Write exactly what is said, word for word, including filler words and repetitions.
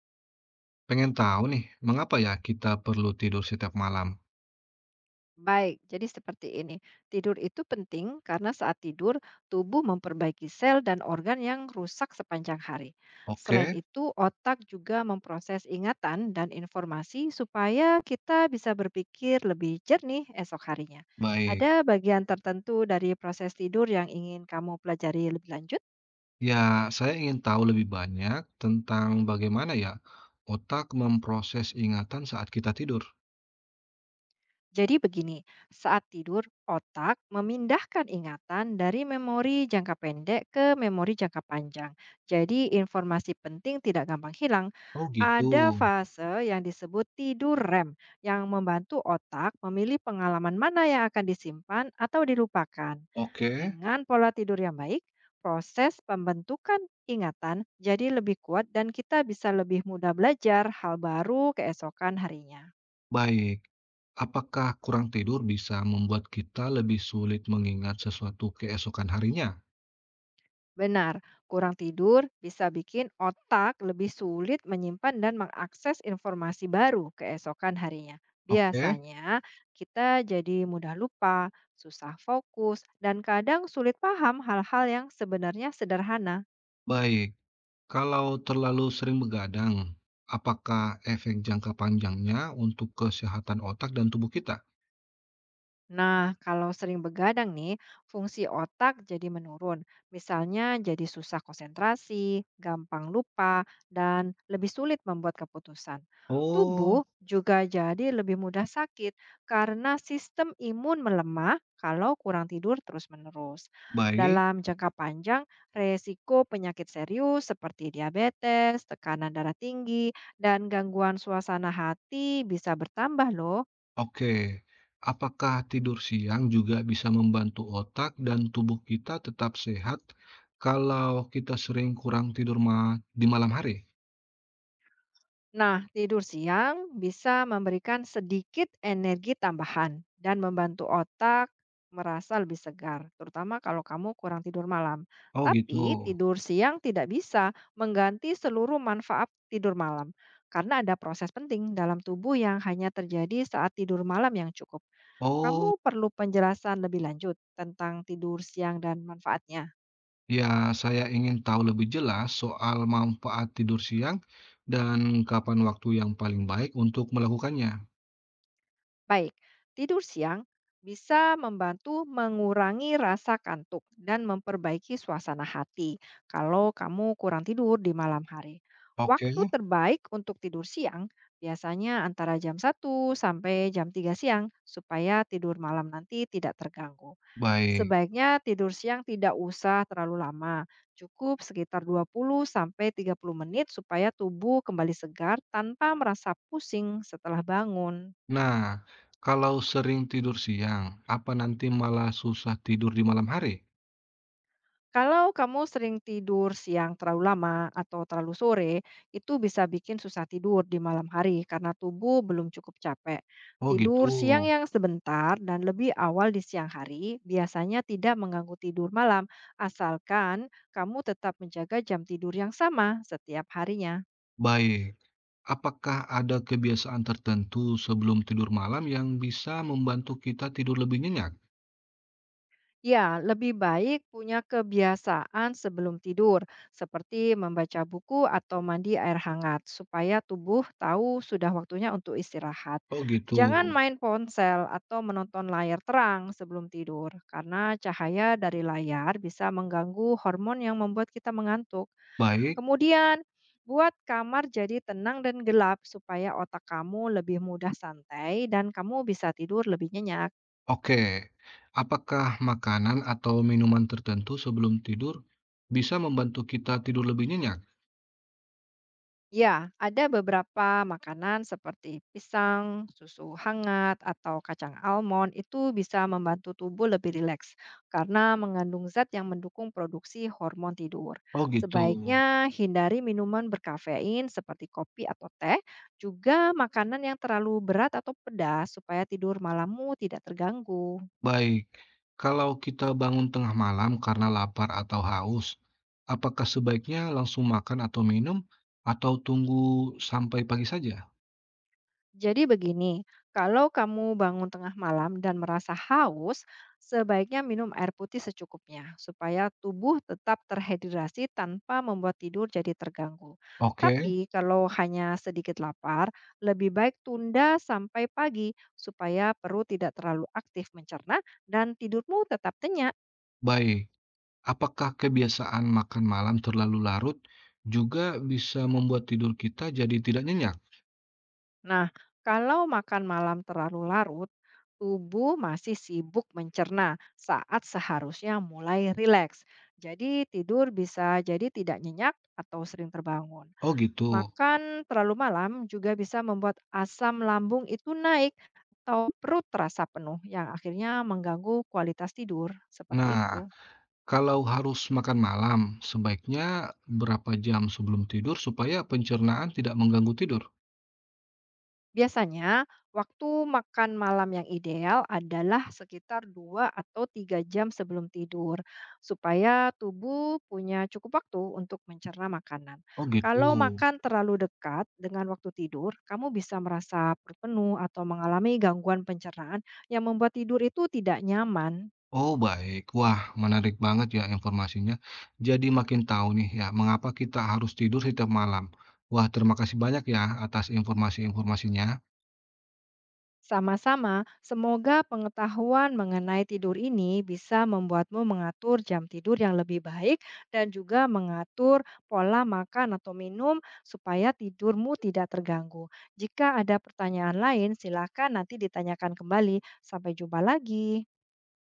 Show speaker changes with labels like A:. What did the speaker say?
A: Pengen tahu nih, mengapa ya kita perlu tidur setiap malam?
B: Baik, jadi seperti ini. Tidur itu penting karena saat tidur, tubuh memperbaiki sel dan organ yang rusak sepanjang hari. Selain
A: Oke,
B: itu, otak juga memproses ingatan dan informasi supaya kita bisa berpikir lebih jernih esok harinya.
A: baik.
B: Ada bagian tertentu dari proses tidur yang ingin kamu pelajari lebih lanjut?
A: Ya, saya ingin tahu lebih banyak tentang bagaimana ya otak memproses ingatan saat kita tidur.
B: Jadi begini, saat tidur, otak memindahkan ingatan dari memori jangka pendek ke memori jangka panjang. Jadi informasi penting tidak gampang hilang.
A: Oh gitu.
B: Ada fase yang disebut tidur R E M yang membantu otak memilih pengalaman mana yang akan disimpan atau dilupakan.
A: Oke,
B: Dengan pola tidur yang baik, proses pembentukan ingatan jadi lebih kuat dan kita bisa lebih mudah belajar hal baru keesokan harinya.
A: baik. Apakah kurang tidur bisa membuat kita lebih sulit mengingat sesuatu keesokan harinya?
B: Benar, kurang tidur bisa bikin otak lebih sulit menyimpan dan mengakses informasi baru keesokan harinya.
A: Oke,
B: Biasanya kita jadi mudah lupa, susah fokus, dan kadang sulit paham hal-hal yang sebenarnya sederhana.
A: baik. Kalau terlalu sering begadang, apakah efek jangka panjangnya untuk kesehatan otak dan tubuh kita?
B: Nah, kalau sering begadang nih, fungsi otak jadi menurun. Misalnya jadi susah konsentrasi, gampang lupa, dan lebih sulit membuat keputusan.
A: Oh,
B: Tubuh juga jadi lebih mudah sakit karena sistem imun melemah kalau kurang tidur terus-menerus.
A: baik,
B: Dalam jangka panjang, resiko penyakit serius seperti diabetes, tekanan darah tinggi, dan gangguan suasana hati bisa bertambah loh.
A: oke. Apakah tidur siang juga bisa membantu otak dan tubuh kita tetap sehat kalau kita sering kurang tidur ma- di malam hari?
B: Nah, tidur siang bisa memberikan sedikit energi tambahan dan membantu otak merasa lebih segar, terutama kalau kamu kurang tidur malam.
A: Oh gitu.
B: Tapi tidur siang tidak bisa mengganti seluruh manfaat tidur malam karena ada proses penting dalam tubuh yang hanya terjadi saat tidur malam yang cukup.
A: Oh
B: Kamu perlu penjelasan lebih lanjut tentang tidur siang dan manfaatnya.
A: ya, saya ingin tahu lebih jelas soal manfaat tidur siang dan kapan waktu yang paling baik untuk melakukannya.
B: Baik, tidur siang bisa membantu mengurangi rasa kantuk dan memperbaiki suasana hati kalau kamu kurang tidur di malam hari.
A: Oke,
B: Waktu terbaik untuk tidur siang biasanya antara jam satu sampai jam tiga siang supaya tidur malam nanti tidak terganggu.
A: baik.
B: Sebaiknya tidur siang tidak usah terlalu lama, cukup sekitar dua puluh sampai tiga puluh menit supaya tubuh kembali segar tanpa merasa pusing setelah bangun.
A: Nah, kalau sering tidur siang, apa nanti malah susah tidur di malam hari?
B: Kalau kamu sering tidur siang terlalu lama atau terlalu sore, itu bisa bikin susah tidur di malam hari karena tubuh belum cukup capek.
A: Oh gitu.
B: Tidur siang yang sebentar dan lebih awal di siang hari biasanya tidak mengganggu tidur malam, asalkan kamu tetap menjaga jam tidur yang sama setiap harinya.
A: Baik. Apakah ada kebiasaan tertentu sebelum tidur malam yang bisa membantu kita tidur lebih nyenyak?
B: Ya, lebih baik punya kebiasaan sebelum tidur, seperti membaca buku atau mandi air hangat, supaya tubuh tahu sudah waktunya untuk istirahat.
A: Oh, mhm, gitu.
B: Jangan main ponsel atau menonton layar terang sebelum tidur, karena cahaya dari layar bisa mengganggu hormon yang membuat kita mengantuk.
A: Baik,
B: Kemudian, buat kamar jadi tenang dan gelap, supaya otak kamu lebih mudah santai dan kamu bisa tidur lebih nyenyak.
A: oke. Apakah makanan atau minuman tertentu sebelum tidur bisa membantu kita tidur lebih nyenyak?
B: Ya, ada beberapa makanan seperti pisang, susu hangat, atau kacang almond itu bisa membantu tubuh lebih rileks karena mengandung zat yang mendukung produksi hormon tidur.
A: Oh gitu.
B: Sebaiknya hindari minuman berkafein seperti kopi atau teh, juga makanan yang terlalu berat atau pedas supaya tidur malammu tidak terganggu.
A: Baik. Kalau kita bangun tengah malam karena lapar atau haus, apakah sebaiknya langsung makan atau minum atau tunggu sampai pagi saja?
B: Jadi begini, kalau kamu bangun tengah malam dan merasa haus, sebaiknya minum air putih secukupnya supaya tubuh tetap terhidrasi tanpa membuat tidur jadi terganggu.
A: Oke,
B: Tapi kalau hanya sedikit lapar, lebih baik tunda sampai pagi supaya perut tidak terlalu aktif mencerna dan tidurmu tetap kenyang.
A: baik. Apakah kebiasaan makan malam terlalu larut juga bisa membuat tidur kita jadi tidak nyenyak?
B: Nah, kalau makan malam terlalu larut, tubuh masih sibuk mencerna saat seharusnya mulai rileks. Jadi tidur bisa jadi tidak nyenyak atau sering terbangun.
A: Oh gitu.
B: Makan terlalu malam juga bisa membuat asam lambung itu naik atau perut terasa penuh yang akhirnya mengganggu kualitas tidur. Seperti
A: Nah,
B: itu.
A: kalau harus makan malam, sebaiknya berapa jam sebelum tidur supaya pencernaan tidak mengganggu tidur?
B: Biasanya, waktu makan malam yang ideal adalah sekitar dua atau tiga jam sebelum tidur, supaya tubuh punya cukup waktu untuk mencerna makanan.
A: Oh gitu.
B: Kalau makan terlalu dekat dengan waktu tidur, kamu bisa merasa perut penuh atau mengalami gangguan pencernaan yang membuat tidur itu tidak nyaman.
A: Oh baik. Wah, menarik banget ya informasinya. Jadi makin tahu nih ya mengapa kita harus tidur setiap malam. Wah, terima kasih banyak ya atas informasi-informasinya.
B: Sama-sama, semoga pengetahuan mengenai tidur ini bisa membuatmu mengatur jam tidur yang lebih baik dan juga mengatur pola makan atau minum supaya tidurmu tidak terganggu. Jika ada pertanyaan lain, silakan nanti ditanyakan kembali. Sampai jumpa lagi.